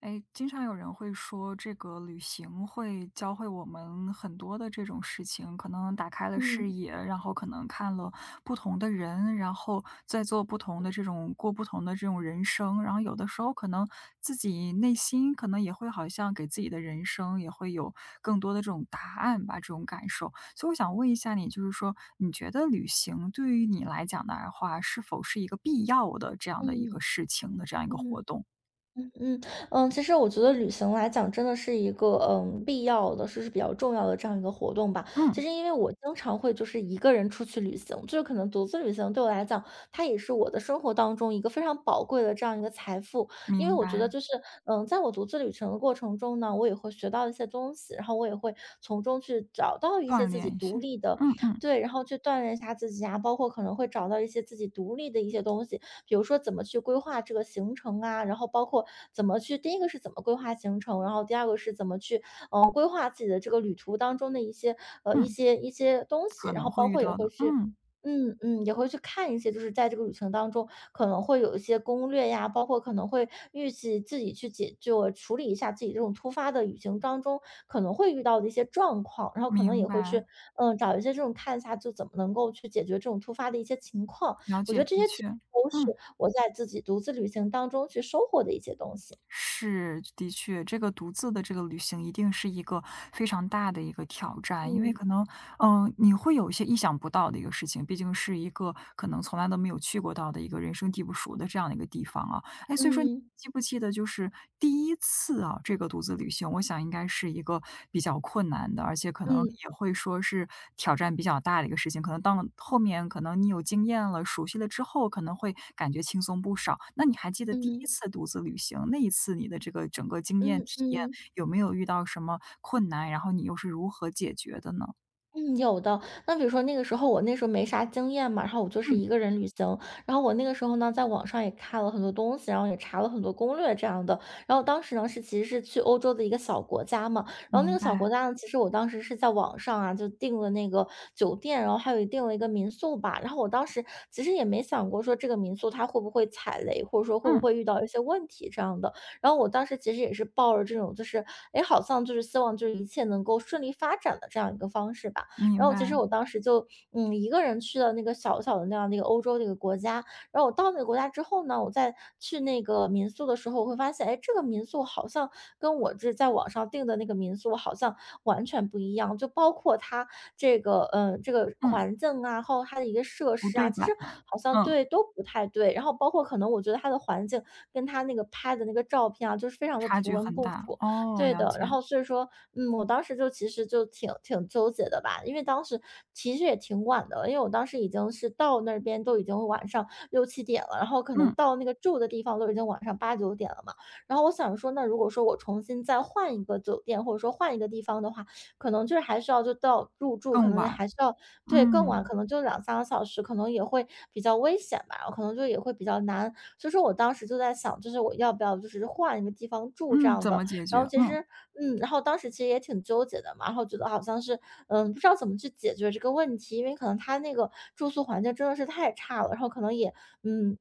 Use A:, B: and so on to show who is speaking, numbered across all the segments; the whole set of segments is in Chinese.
A: 哎，经常有人会说，这个旅行会教会我们很多的这种事情，可能打开了视
B: 嗯
A: 野，然后可能看了不同的人，然后在做不同的这种过不同的这种人生，然后有的时候可能自己内心可能也会好像给自己的人生也会有更多的这种答案吧，这种感受。所以我想问一下你，就是说你觉得旅行对于你来讲的话，是否是一个必要的这样的一个
B: 嗯
A: 事情的这样一个活
B: 嗯嗯
A: 动？
B: 嗯嗯，其实我觉得旅行来讲，真的是一个必要的，是比较重要的这样一个活动吧。其
A: 嗯，
B: 实因为我经常会就是一个人出去旅行，就是可能独自旅行对我来讲，它也是我的生活当中一个非常宝贵的这样一个财富。因为
A: 明
B: 我觉得
A: 白。
B: 就是在我独自旅程的过程中呢，我也会学到一些东西，然后我也会从中去找到一些
A: 锻
B: 自己
A: 炼一下，
B: 独立的，
A: 嗯嗯
B: 对，然后去锻炼一下自己啊，包括可能会找到一些自己独立的一些东西。比如说怎么去规划这个行程啊，然后包括怎么去，第一个是怎么规划行程，然后第二个是怎么去，规划自己的这个旅途当中的一些一
A: 嗯，
B: 些一些东西，
A: 可
B: 然
A: 能
B: 后
A: 会
B: 包
A: 遇
B: 括也
A: 到的，
B: 会去。也会去看一些，就是在这个旅程当中可能会有一些攻略呀，包括可能会预计自己去解就处理一下自己这种突发的旅行当中可能会遇到的一些状况，然后可能
A: 明
B: 也会
A: 白，
B: 去找一些这种看一下就怎么能够去解决这种突发的一些情况，
A: 了
B: 我觉
A: 解，
B: 得这
A: 的
B: 些其实
A: 确，
B: 都是
A: 嗯，
B: 我在自己独自旅行当中去收获的一些东西。
A: 是，的确，这个独自的这个旅行一定是一个非常大的一个挑战，因为
B: 嗯，
A: 可能，你会有一些意想不到的一个事情，毕竟是一个可能从来都没有去过到的一个人生地不熟的这样的一个地方啊，哎，所以说你
B: 嗯，
A: 记不记得就是第一次啊，这个独自旅行，我想应该是一个比较困难的，而且可能
B: 嗯，
A: 也会说是挑战比较大的一个事情。可能当后面可能你有经验了、熟悉了之后，可能会感觉轻松不少。那你还记得第一
B: 嗯，
A: 次独自旅行，那一次你的这个整个经验
B: 嗯，嗯
A: 体验，
B: 嗯。
A: 有没有遇到什么困难，然后你又是如何解决的呢？
B: 嗯，有的。那比如说那个时候我那时候没啥经验嘛，然后我就是
A: 嗯，
B: 一个人旅行。然后我那个时候呢，在网上也看了很多东西，然后也查了很多攻略这样的。然后当时呢是其实是去欧洲的一个小国家嘛，然后那
A: 明
B: 个小
A: 白，
B: 国家呢，其实我当时是在网上啊就订了那个酒店，然后还有订了一个民宿吧。然后我当时其实也没想过说这个民宿它会不会踩雷，或者说会不
A: 嗯，
B: 会遇到一些问题这样的。然后我当时其实也是抱着这种就是，哎，好像就是希望就是一切能够顺利发展的这样一个方式吧。
A: 明
B: 然后其实
A: 白，
B: 我当时就一个人去了那个小小的那样的一个欧洲的一个国家，然后我到那个国家之后呢，我再去那个民宿的时候，我会发现，哎，这个民宿好像跟我这在网上订的那个民宿好像完全不一样，就包括它这个这个
A: 嗯，
B: 环境啊，还有它的一个设
A: 不
B: 施
A: 对
B: 啊，其实
A: 版，
B: 好像
A: 嗯，
B: 对都不太对，然后包括可能我觉得它的环境跟它那个拍的那个照片啊，就是非常的
A: 差
B: 图
A: 距
B: 文
A: 很
B: 不
A: 大，
B: 符，
A: 哦，
B: 对
A: 了
B: 的，然
A: 解，
B: 后所以说，我当时就其实就挺纠结的吧，因为当时其实也挺晚的了，因为我当时已经是到那边都已经晚上六七点了，然后可能
A: 嗯。
B: 到那个住的地方都已经晚上八九点了嘛。然后我想说，那如果说我重新再换一个酒店，或者说换一个地方的话，可能就是还需要就到入住，可
A: 更
B: 能也
A: 晚，
B: 还是要对，更晚，
A: 嗯，
B: 可能就两三个小时，可能也会比较危险吧，然后可能就也会比较难。所以说我当时就在想，就是我要不要就是换一个地方住这
A: 嗯，
B: 样
A: 怎
B: 的。
A: 么解
B: 然
A: 决？
B: 后其
A: 嗯，
B: 实然后当时其实也挺纠结的嘛，然后觉得好像是，不知道怎么去解决这个问题，因为可能他那个住宿环境真的是太差了，然后可能也，嗯，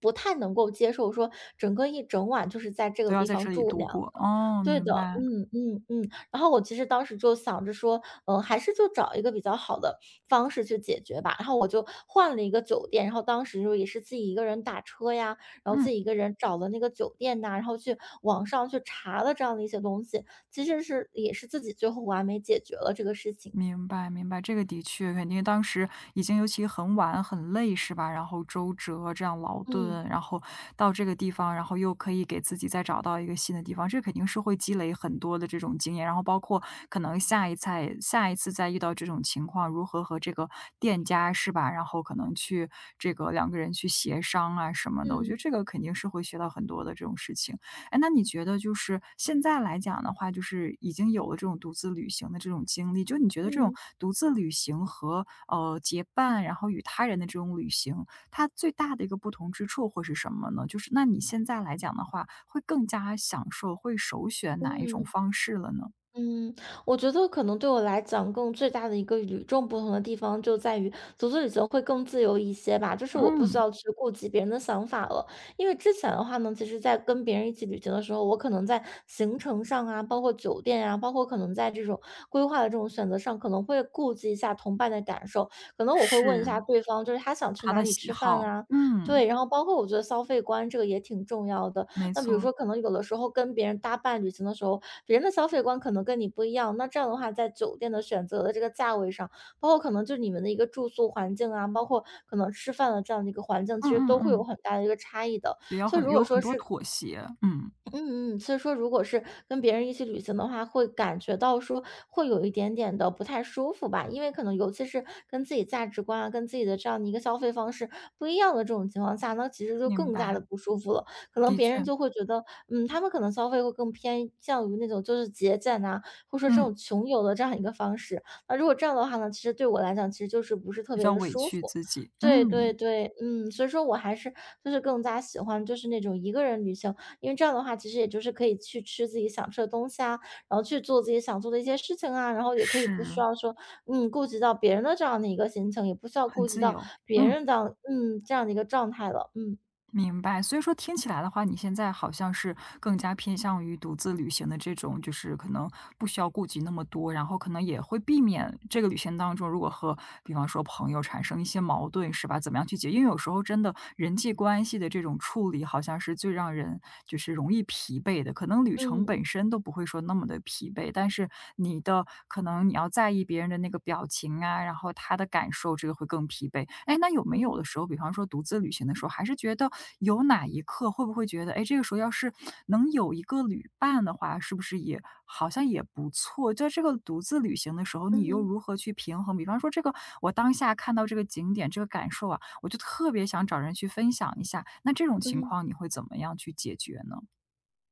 B: 不太能够接受说整个一整晚就是在这
A: 都
B: 个
A: 要
B: 地
A: 在这
B: 方
A: 里
B: 住
A: 度
B: 那样的。
A: 过，哦，
B: 对
A: 明
B: 的，
A: 白，
B: 嗯嗯嗯。然后我其实当时就想着说，还是就找一个比较好的方式去解决吧。然后我就换了一个酒店，然后当时就也是自己一个人打车呀，然后
A: 嗯。
B: 自己一个人找了那个酒店呐，然后去网上去查了这样的一些东西，其实是也是自己最后完美解决了这个事情。
A: 明白，明白，这个的确肯定当时已经尤其很晚很累是吧？然后周折这样劳
B: 嗯。
A: 顿，然后到这个地方，然后又可以给自己再找到一个新的地方，这肯定是会积累很多的这种经验。然后包括可能下一次再遇到这种情况，如何和这个店家是吧？然后可能去这个两个人去协商啊什么的，我觉得
B: 嗯
A: 这个肯定是会学到很多的这种事情。哎，那你觉得就是现在来讲的话，就是已经有了这种独自旅行的这种经历，就你觉得这种
B: 嗯
A: 独自旅行和结伴，然后与他人的这种旅行，它最大的一个不同之处会是什么呢？就是那你现在来讲的话，会更加享受，会首选哪一种
B: 嗯。
A: 方式了呢？
B: 嗯，我觉得可能对我来讲，最大的一个与众不同的地方就在于独自旅行会更自由一些吧，就是我不需
A: 嗯，
B: 要去顾及别人的想法了。因为之前的话呢，其实在跟别人一起旅行的时候，我可能在行程上啊，包括酒店啊，包括可能在这种规划的这种选择上，可能会顾及一下同伴的感受，可能我会问一下
A: 是
B: 对方，就是他想去
A: 他
B: 哪
A: 的
B: 里
A: 喜
B: 吃饭
A: 好，
B: 啊，
A: 嗯，
B: 对，然后包括我觉得消费观这个也挺重要的。
A: 没
B: 那比如
A: 错，
B: 说，可能有的时候跟别人搭伴旅行的时候，别人的消费观可能跟你不一样。那这样的话，在酒店的选择的这个价位上，包括可能就是你们的一个住宿环境啊，包括可能吃饭的这样的一个环境，其
A: 嗯
B: 实
A: 嗯
B: 都会有
A: 嗯，
B: 很大的一个差异的。
A: 对，有
B: 所以
A: 很
B: 如果
A: 有很
B: 说
A: 多
B: 是
A: 妥协，嗯，
B: 嗯，所以说如果是跟别人一起旅行的话，会感觉到说会有一点点的不太舒服吧，因为可能尤其是跟自己价值观啊，跟自己的这样的一个消费方式不一样的这种情况下，那其实就
A: 明
B: 更加
A: 白，
B: 的不舒服了。可能
A: 的
B: 别
A: 确，
B: 人就会觉得，他们可能消费会更偏向于那种就是节俭啊，或者说这
A: 嗯，
B: 种穷游的这样一个方式。那如果这样的话呢，其实对我来讲，其实就是不是特
A: 比
B: 别
A: 较
B: 的
A: 委
B: 舒
A: 屈
B: 服。
A: 自己，
B: 对对
A: 嗯。
B: 对，所以说我还是就是更加喜欢就是那种一个人旅行，因为这样的话，其实也就是可以去吃自己想吃的东西啊，然后去做自己想做的一些事情啊，然后也可以
A: 是，
B: 不需要说，顾及到别人的这样的一个心情，也不需要
A: 很
B: 顾及
A: 自
B: 到
A: 由。
B: 别
A: 嗯，
B: 人的，这样的一个状态了。嗯，
A: 明白。所以说听起来的话，你现在好像是更加偏向于独自旅行的这种，就是可能不需要顾及那么多，然后可能也会避免这个旅行当中，如果和比方说朋友产生一些矛盾，是吧？怎么样去解决因为有时候真的人际关系的这种处理，好像是最让人就是容易疲惫的。可能旅程
B: 嗯，
A: 本身都不会说那么的疲惫，但是。是你的可能你要在意别人的那个表情啊，然后他的感受，这个会更疲惫。哎，那有没有的
B: 嗯，
A: 时候，比方说独自旅行的时候，还是觉得有哪一刻会不会觉得，哎，这个时候要是能有一个旅伴的话，是不是也好像也不错？在这个独自旅行的时候，你又
B: 嗯，
A: 如何去平衡？比方说这个，我当下看到这个景点，这个感受啊，我就特别想找人去分享一下。那这种情
B: 嗯。
A: 况你会怎么样去解决呢？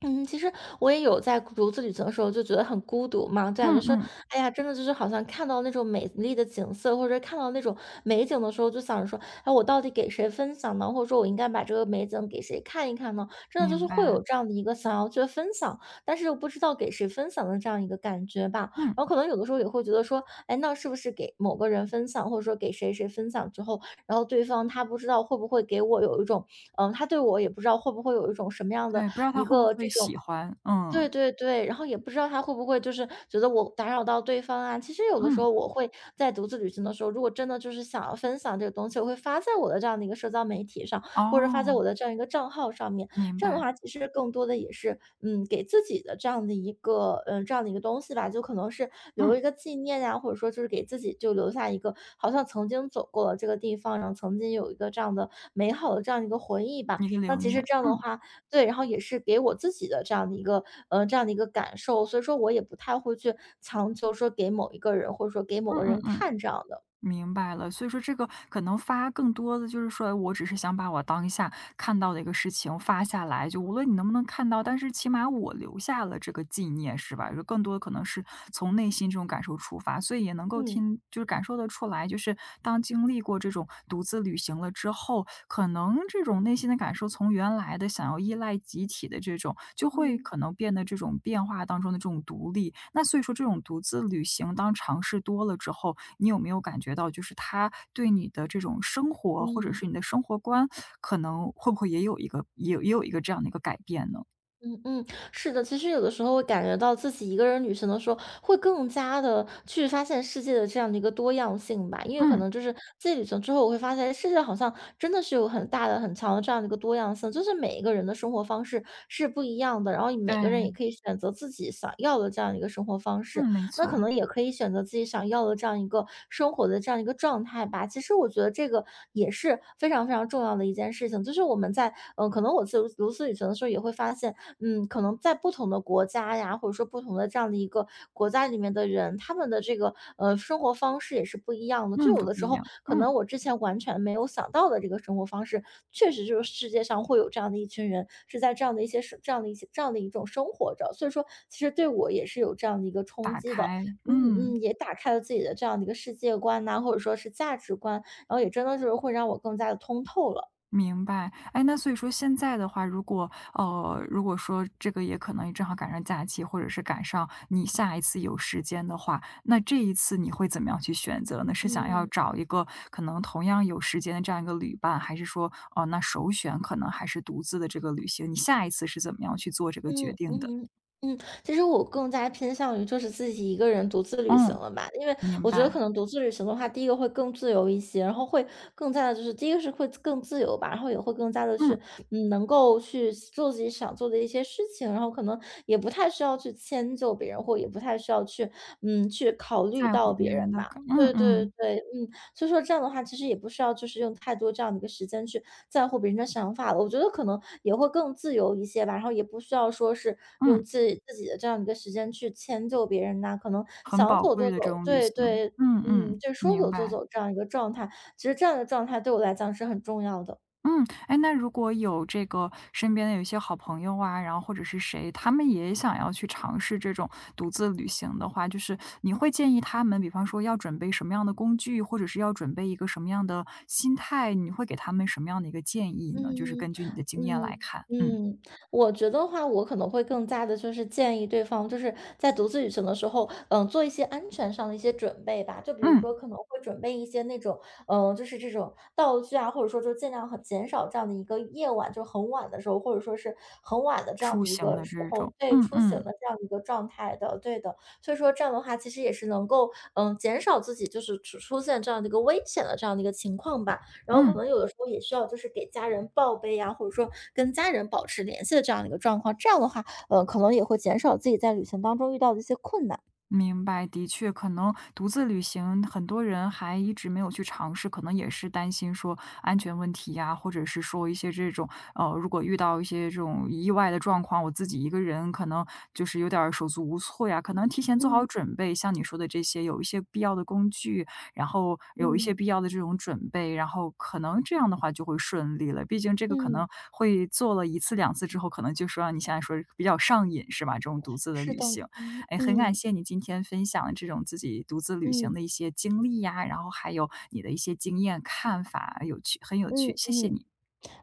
B: 嗯，其实我也有在独自旅行的时候就觉得很孤独嘛，就感
A: 嗯
B: 觉说，
A: 嗯，
B: 哎呀，真的就是好像看到那种美丽的景色，或者看到那种美景的时候，就想着说，哎，我到底给谁分享呢？或者说我应该把这个美景给谁看一看呢？真的就是
A: 明
B: 会
A: 白。
B: 有这样的一个想要去分享，但是又不知道给谁分享的这样一个感觉吧。
A: 嗯。
B: 然后可能有的时候也会觉得说，哎，那是不是给某个人分享，或者说给谁谁分享之后，然后对方他不知道会不会给我有一种，他对我也不知道会不会有一种什么样的
A: 对，不知道
B: 一
A: 他会不
B: 个
A: 会
B: 这
A: 喜
B: 种
A: 欢，嗯，
B: 对对对，然后也不知道他会不会就是觉得我打扰到对方啊。其实有的时
A: 嗯，
B: 候我会在独自旅行的时候，如果真的就是想要分享这个东西，我会发在我的这样的一个社交媒体上，或者发在
A: 哦，
B: 我的这样一个账号上面。
A: 明
B: 这样的
A: 白，
B: 话，其实更多的也是，嗯，给自己的这样的一个，这样的一个东西吧，就可能是
A: 嗯，
B: 留一个纪念呀，或者说就是给自己就留下一个，好像曾经走过了这个地方，然后曾经有一个这样的美好的这样一个回忆吧。
A: 一个
B: 那
A: 留
B: 其实
A: 念，
B: 这样的
A: 嗯，
B: 话，对，然后也是给我自己的这样的一个这样的一个感受，所以说我也不太会去强求说给某一个人，或者说给某
A: 嗯
B: 个
A: 嗯
B: 人
A: 嗯，
B: 看这样的。
A: 明白了。所以说这个可能发更多的就是说我只是想把我当下看到的一个事情发下来，就无论你能不能看到，但是起码我留下了这个纪念，是吧？就更多的可能是从内心这种感受出发，所以也能够
B: 嗯。
A: 听就是感受得出来，就是当经历过这种独自旅行了之后，可能这种内心的感受从原来的想要依赖集体的这种，就会
B: 嗯。
A: 可能变得这种变化当中的这种独立。那所以说这种独自旅行，当尝试多了之后，你有没有感觉到就是他对你的这种生活，或者
B: 嗯。
A: 是你的生活观，可能会不会也有一个也有一个这样的一个改变呢？
B: 嗯嗯，是的，其实有的时候会感觉到自己一个人旅行的时候，会更加的去发现世界的这样的一个多样性吧。因为可
A: 嗯，
B: 能就是自己旅行之后，我会发现世界好像真的是有很大的、很强的这样的一个多样性，就是每一个人的生活方式是不一样的，然后每个
A: 对，
B: 人也可以选择自己想要的这样一个生活方式，
A: 嗯，没
B: 那可
A: 错，
B: 能也可以选择自己想要的这样一个生活的这样一个状态吧。其实我觉得这个也是非常非常重要的一件事情，就是我们在可能我自由独自旅行的时候也会发现。嗯，可能在不同的国家呀，或者说不同的这样的一个国家里面的人，他们的这个生活方式也是不一样的。就
A: 嗯，
B: 有
A: 都
B: 的
A: 不
B: 时
A: 一
B: 候，
A: 样，
B: 可
A: 嗯，
B: 能我之前完全没有想到的这个生活方式，确实就是世界上会有这样的一群人，是在这样的一些生这样的一些这样的一种生活着。所以说，其实对我也是有这样的一个冲
A: 打
B: 击的。
A: 开，
B: 嗯嗯，
A: 嗯。
B: 也打开了自己的这样的一个世界观呐、或者说是价值观，然后也真的是会让我更加的通透了。
A: 明白，哎，那所以说现在的话，如果如果说这个也可能正好赶上假期，或者是赶上你下一次有时间的话，那这一次你会怎么样去选择呢？是想要
B: 嗯嗯。
A: 找一个可能同样有时间的这样一个旅伴，还是说，哦、那首选可能还是独自的这个旅行？你下一次是怎么样去做这个
B: 嗯
A: 决定的？
B: 嗯嗯，嗯，其实我更加偏向于就是自己一个人独自旅行
A: 嗯，
B: 了吧，因为
A: 明
B: 我觉得
A: 白，
B: 可能独自旅行的话，第一个会更自由一些，然后会更加的就是第一个是会更自由吧，然后也会更加的去
A: 嗯，
B: 嗯能够去做自己想做的一些事情，然后可能也不太需要去迁就别人，或也不太需要去去考虑
A: 在乎
B: 到
A: 别
B: 别
A: 人
B: 人
A: 的
B: 吧。
A: 感，嗯
B: 对对
A: 嗯
B: 对，嗯，所以说这样的话，其实也不需要就是用太多这样的一个时间去在乎别人的想法了。我觉得可能也会更自由一些吧，然后也不需要说是
A: 嗯，
B: 用自己的这样一个时间去迁就别人呐、可能
A: 很
B: 想
A: 宝
B: 走
A: 贵
B: 就走，
A: 的这种旅
B: 对
A: 行，
B: 对，
A: 嗯
B: 嗯，
A: 嗯，
B: 就是说
A: 明
B: 走就
A: 白。
B: 走这样一个状态，其实这样的状态对我来讲是很重要的。
A: 嗯，哎，那如果有这个身边的有一些好朋友啊，然后或者是谁，他们也想要去尝试这种独自旅行的话，就是你会建议他们，比方说要准备什么样的工具，或者是要准备一个什么样的心态，你会给他们什么样的一个建议呢？就是
B: 嗯
A: 根据你的经验来
B: 嗯
A: 看，嗯
B: 嗯，我觉得话，我可能会更加的，就是建议对方，就是在独自旅行的时候，嗯，做一些安全上的一些准备吧。就比如说，
A: 嗯，
B: 可能会准备一些那种，嗯，就是这种道具啊，或者说就尽量很减少这样的一个夜晚，就很晚的时候，或者说是很晚的这样
A: 出
B: 的一
A: 行
B: 个
A: 的
B: 时
A: 这
B: 候，
A: 种，
B: 对
A: 嗯
B: 出行
A: 嗯
B: 的这样的一个状态的，对的。所以说这样的话，其实也是能够，嗯，减少自己就是出现这样的一个危险的这样的一个情况吧。然后可
A: 嗯。
B: 能有的时候也需要就是给家人报备呀，或者说跟家人保持联系的这样的一个状况，这样的话，可能也会减少自己在旅行当中遇到的一些困难。
A: 明白，的确，可能独自旅行，很多人还一直没有去尝试，可能也是担心说安全问题呀，或者是说一些这种，如果遇到一些这种意外的状况，我自己一个人可能就是有点儿手足无措呀，可能提前做
B: 嗯
A: 好准备，像你说的这些，有一些必要的工具，然后有一些
B: 嗯
A: 必要的这种准备，然后可能这样的话就会顺利了。毕竟这个可
B: 嗯，
A: 能会做了一次两次之后，可能就说让你现在说比较上瘾是吧？这种独自的
B: 是
A: 旅
B: 的，
A: 行。
B: 嗯
A: 哎，很感
B: 嗯
A: 谢你今天分享这种自己独自旅行
B: 嗯
A: 的一些经历呀，然后还有你的一些经验看法，有趣，很有趣，
B: 嗯
A: 谢谢
B: 嗯
A: 你。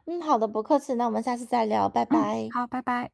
B: 嗯，好的，不客气，那我们下次再聊，拜
A: 嗯，
B: 拜。
A: 好，拜拜。